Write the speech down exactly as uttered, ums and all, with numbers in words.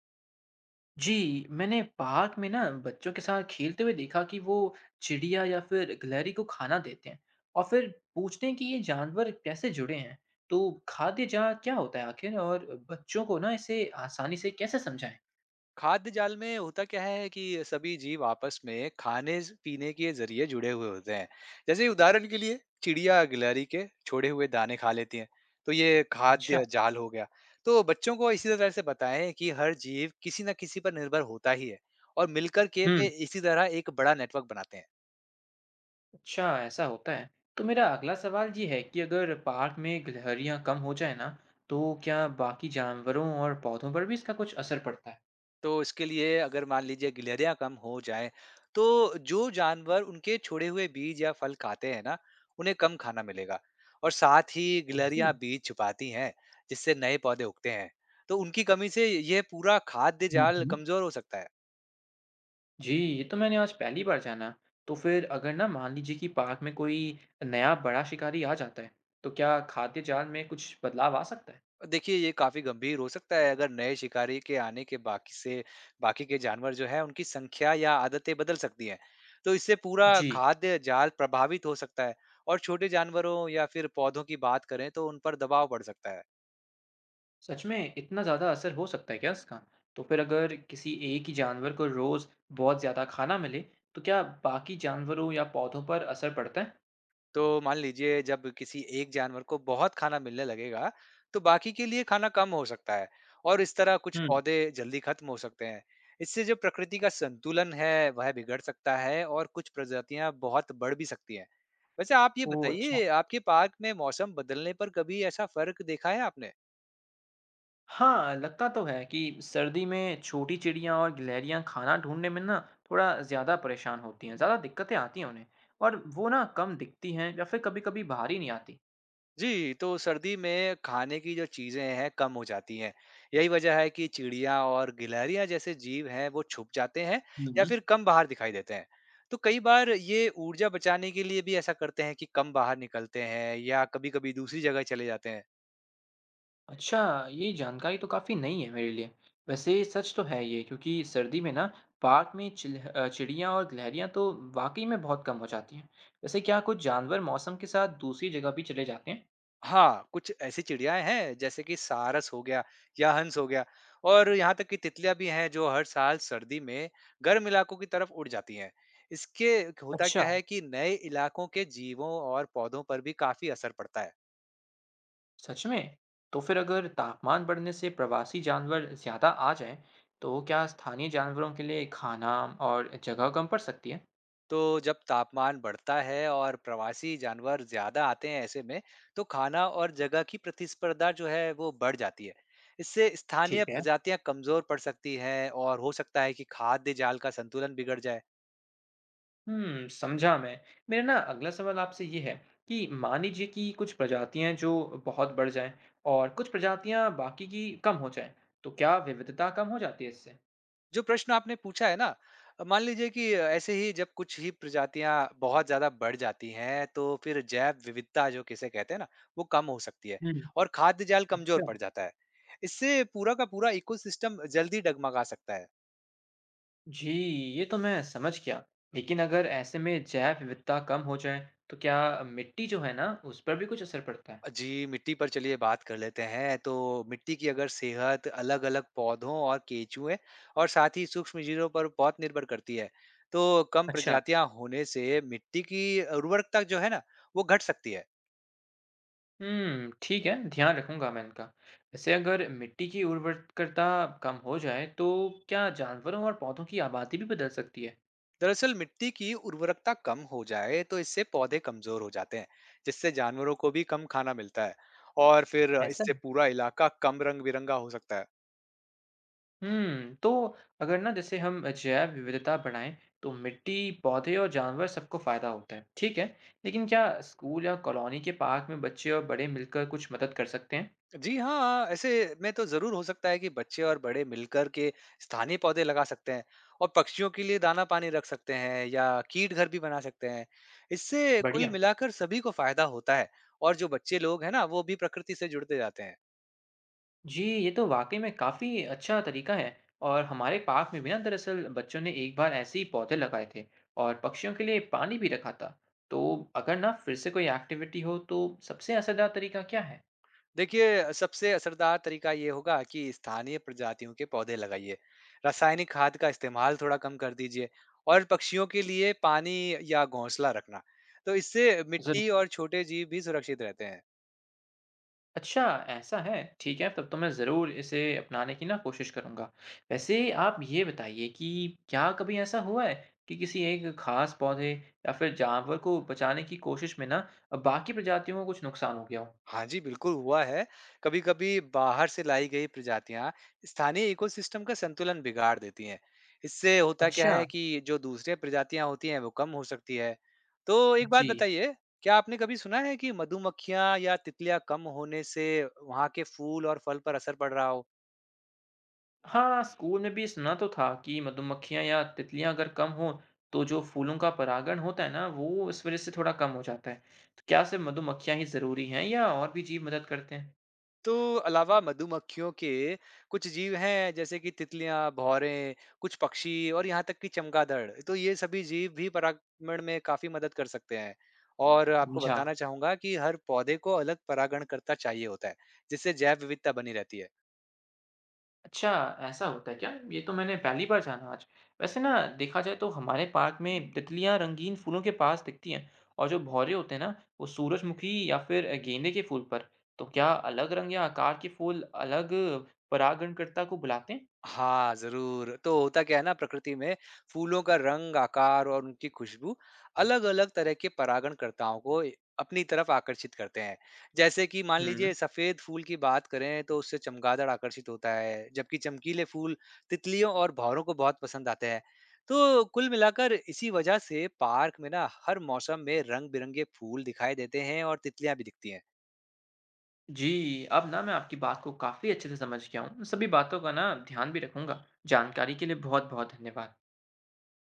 जी, मैंने पार्क में ना बच्चों के साथ खेलते हुए देखा कि वो चिड़िया या फिर गिलहरी को खाना देते हैं और फिर पूछते हैं कि ये जानवर कैसे जुड़े हैं। तो खाद्य जाल क्या होता है आखिर और बच्चों को ना इसे आसानी से कैसे समझाएं? खाद्य जाल में होता क्या है कि सभी जीव आपस में खाने स- पीने के जरिए जुड़े हुए होते हैं। जैसे उदाहरण के लिए चिड़िया गिलहरी के छोड़े हुए दाने खा लेती है, तो ये अच्छा, खाद्य जाल हो गया। तो बच्चों को इसी तरह से बताएं कि हर जीव किसी न किसी पर निर्भर होता ही है और मिलकर के वे हम्म, इसी तरह एक बड़ा नेटवर्क बनाते हैं। अच्छा ऐसा होता है। तो मेरा अगला सवाल ये है कि अगर पार्क में गिलहरियां कम हो जाए ना, तो क्या बाकी जानवरों और पौधों पर भी इसका कुछ असर पड़ता है? तो इसके लिए अगर मान लीजिए गिलहरियां कम हो जाएं, तो जो जानवर उनके छोड़े हुए बीज या फल खाते हैं ना, उन्हें कम खाना मिलेगा। और साथ ही जी। गिलहरियां बीज छुपाती हैं, जिससे नए पौधे उगते हैं। तो उनकी कमी से यह पूरा खाद्य हम्म, जाल हम्म। कमजोर हो सकता है। जी, ये तो मैंने आज पहली बार जाना। तो फिर अगर ना मान लीजिए कि पार्क में कोई नया बड़ा शिकारी आ जाता है, तो क्या खाद्य जाल में कुछ बदलाव आ सकता है? देखिए, ये काफ़ी गंभीर हो सकता है, अगर नए शिकारी के आने के बाकी से बाकी के जानवर जो हैं, उनकी संख्या या आदतें बदल सकती हैं। तो इससे पूरा जी, खाद्य जाल प्रभावित हो सकता है और छोटे जानवरों या फिर पौधों की बात करें, तो उन पर दबाव पड़ सकता है। सच में इतना ज़्यादा असर हो सकता है क्या इसका? तो फिर अगर किसी एक ही जानवर को रोज़ बहुत ज़्यादा खाना मिले, तो क्या बाकी जानवरों या पौधों पर असर पड़ता है? तो मान लीजिए जब किसी एक जानवर को बहुत खाना मिलने लगेगा, तो बाकी के लिए खाना कम हो सकता है और इस तरह कुछ हम्म, पौधे जल्दी खत्म हो सकते हैं। इससे जो प्रकृति का संतुलन है वह बिगड़ सकता है और कुछ प्रजातियां बहुत बढ़ भी सकती हैं। वैसे आप ये ओह अच्छा। बताइए, आपके पार्क में मौसम बदलने पर कभी ऐसा फर्क देखा है आपने? हाँ, लगता तो है कि सर्दी में छोटी चिड़ियाँ और गिलहरियाँ खाना ढूँढने में ना थोड़ा ज़्यादा परेशान होती हैं, ज़्यादा दिक्कतें आती हैं उन्हें और वो ना कम दिखती हैं या फिर कभी-कभी बाहर ही नहीं आती। जी, तो सर्दी में खाने की जो चीज़ें हैं कम हो जाती हैं। यही वजह है कि चिड़िया और गिलहरियाँ जैसे जीव हैं वो छुप जाते हैं या हम्म। फिर कम बाहर दिखाई देते हैं। तो कई बार ये ऊर्जा बचाने के लिए भी ऐसा करते हैं कि कम बाहर निकलते हैं या कभी-कभी दूसरी जगह चले जाते हैं। अच्छा, ये जानकारी तो काफ़ी नई है मेरे लिए। वैसे सच तो है ये क्योंकि सर्दी में ना पार्क में चिल- अ, चिड़ियाँ और गिलहरियाँ तो वाकई में बहुत कम हो जाती हैं। वैसे क्या कुछ जानवर मौसम के साथ दूसरी जगह भी चले जाते हैं? हाँ, कुछ ऐसी चिड़ियाएँ हैं जैसे कि सारस हो गया या हंस हो गया। और यहाँ तक कि तितलियाँ भी हैं जो हर साल सर्दी में गर्म इलाकों की तरफ उड़ जाती हैं। इसके होता अच्छा, क्या है कि नए इलाकों के जीवों और पौधों पर भी काफ़ी असर पड़ता है। सच में? तो फिर अगर तापमान बढ़ने से प्रवासी जानवर ज़्यादा आ जाएं, तो क्या स्थानीय जानवरों के लिए खाना और जगह कम पड़ सकती है? तो जब तापमान बढ़ता है और प्रवासी जानवर ज़्यादा आते हैं ऐसे में, तो खाना और जगह की प्रतिस्पर्धा जो है वो बढ़ जाती है। इससे स्थानीय ठीक है। प्रजातियाँ कमज़ोर पड़ सकती हैं और हो सकता है कि खाद्य जाल का संतुलन बिगड़ जाए। हम्म, समझा मैं। मेरा ना अगला सवाल आपसे ये है कि मान लीजिए कि कुछ प्रजातियां जो बहुत बढ़ जाएं और कुछ प्रजातियां बाकी की कम हो जाएं, तो क्या विविधता कम हो जाती है इससे? जो प्रश्न आपने पूछा है ना, मान लीजिए कि ऐसे ही जब कुछ ही प्रजातियां बहुत ज्यादा बढ़ जाती हैं, तो फिर जैव विविधता जो किसे कहते हैं ना, वो कम हो सकती है हम्म। और खाद्य जाल कमजोर अच्छा। पड़ जाता है। इससे पूरा का पूरा इकोसिस्टम जल्दी डगमगा सकता है। जी, ये तो मैं समझ गया। लेकिन अगर ऐसे में जैव विविधता कम हो जाए, तो क्या मिट्टी जो है ना, उस पर भी कुछ असर पड़ता है? जी, मिट्टी पर चलिए बात कर लेते हैं। तो मिट्टी की अगर सेहत अलग अलग पौधों और केंचुए और साथ ही सूक्ष्म जीवों पर बहुत निर्भर करती है, तो कम अच्छा, प्रजातियां होने से मिट्टी की उर्वरकता जो है ना, वो घट सकती है। हुँ, ठीक है, ध्यान रखूँगा मैं इनका। वैसे अगर मिट्टी की उर्वरकता कम हो जाए, तो क्या जानवरों और पौधों की आबादी भी बदल सकती है? दरअसल मिट्टी की उर्वरकता कम हो जाए, तो इससे पौधे कमजोर हो जाते हैं, जिससे जानवरों को भी कम खाना मिलता है और फिर ऐसा? इससे पूरा इलाका कम रंग बिरंगा हो सकता है। हुँ, तो अगर ना जैसे हम जैव विविधता बढ़ाएँ, तो मिट्टी, पौधे और जानवर सबको फ़ायदा होता है, ठीक है। लेकिन क्या स्कूल या कॉलोनी के पार्क में बच्चे और बड़े मिलकर कुछ मदद कर सकते हैं? जी हाँ, ऐसे में तो जरूर हो सकता है कि बच्चे और बड़े मिलकर के स्थानीय पौधे लगा सकते हैं और पक्षियों के लिए दाना पानी रख सकते हैं या कीट घर भी बना सकते हैं। इससे कुल बढ़िया। मिलाकर सभी को फायदा होता है। और जो बच्चे लोग हैं ना, वो भी प्रकृति से जुड़ते जाते हैं। जी, ये तो वाक़ई में काफ़ी अच्छा तरीका है और हमारे पार्क में भी ना दरअसल बच्चों ने एक बार ऐसे ही पौधे लगाए थे और पक्षियों के लिए पानी भी रखा था। तो अगर ना फिर से कोई एक्टिविटी हो तो सबसे असरदार तरीका क्या है? देखिए, सबसे असरदार तरीका ये होगा कि स्थानीय प्रजातियों के पौधे लगाइए। रासायनिक खाद का इस्तेमाल थोड़ा कम कर दीजिए और पक्षियों के लिए पानी या घोंसला रखना। तो इससे ज़रूर। मिट्टी और छोटे जीव भी सुरक्षित रहते हैं। अच्छा, ऐसा है। ठीक है, तब तो मैं ज़रूर इसे अपनाने की ना कोशिश करूँगा। वैसे आप ये बताइए कि क्या कभी ऐसा हुआ है कि किसी एक ख़ास पौधे या फिर जानवर को बचाने की कोशिश में ना बाकी प्रजातियों को कुछ नुकसान हो गया हो? हाँ जी, बिल्कुल हुआ है। कभी-कभी बाहर से लाई गई प्रजातियाँ स्थानीय इकोसिस्टम का संतुलन बिगाड़ देती हैं। इससे होता क्या अच्छा, है कि जो दूसरे प्रजातियाँ होती हैं, वो कम हो सकती है। तो एक बात जी। बताइए, क्या आपने कभी सुना है कि मधुमक्खियाँ या तितलियाँ कम होने से वहाँ के फूल और फल पर असर पड़ रहा हो? हाँ, स्कूल में भी सुना तो था कि मधुमक्खियां या तितलियां अगर कम हो तो जो फूलों का परागण होता है ना वो इस वजह से थोड़ा कम हो जाता है। तो क्या सिर्फ मधुमक्खियां ही जरूरी हैं या और भी जीव मदद करते हैं? तो अलावा मधुमक्खियों के कुछ जीव हैं जैसे कि तितलियां, भौरें, कुछ पक्षी और यहाँ तक कि चमगादड़। तो ये सभी जीव भी परागण में काफी मदद कर सकते हैं। और हम्म, आपको समझा। बताना चाहूंगा कि हर पौधे को अलग परागणकर्ता चाहिए होता है, जिससे जैव विविधता बनी रहती है। अच्छा, ऐसा होता है क्या? ये तो मैंने पहली बार जाना आज। वैसे ना देखा जाए तो हमारे पार्क में तितलियां रंगीन फूलों के पास दिखती हैं और जो भौरे होते हैं ना वो सूरजमुखी या फिर गेंदे के फूल पर। तो क्या अलग रंग या आकार के फूल अलग परागणकर्ता को बुलाते हैं? हाँ, ज़रूर। तो होता क्या है ना, प्रकृति में फूलों का रंग, आकार और उनकी खुशबू अलग-अलग तरह के परागणकर्ताओं को ए अपनी तरफ आकर्षित करते हैं। जैसे कि मान हम्म। लीजिए सफ़ेद फूल की बात करें, तो उससे चमगादड़ आकर्षित होता है, जबकि चमकीले फूल तितलियों और भँवरों को बहुत पसंद आते हैं। तो कुल मिलाकर इसी वजह से पार्क में ना हर मौसम में रंग-बिरंगे फूल दिखाई देते हैं और तितलियाँ भी दिखती हैं। जी, अब ना मैं आपकी बात को काफ़ी अच्छे से समझ गया हूँ। सभी बातों का ना ध्यान भी रखूँगा। जानकारी के लिए बहुत-बहुत धन्यवाद।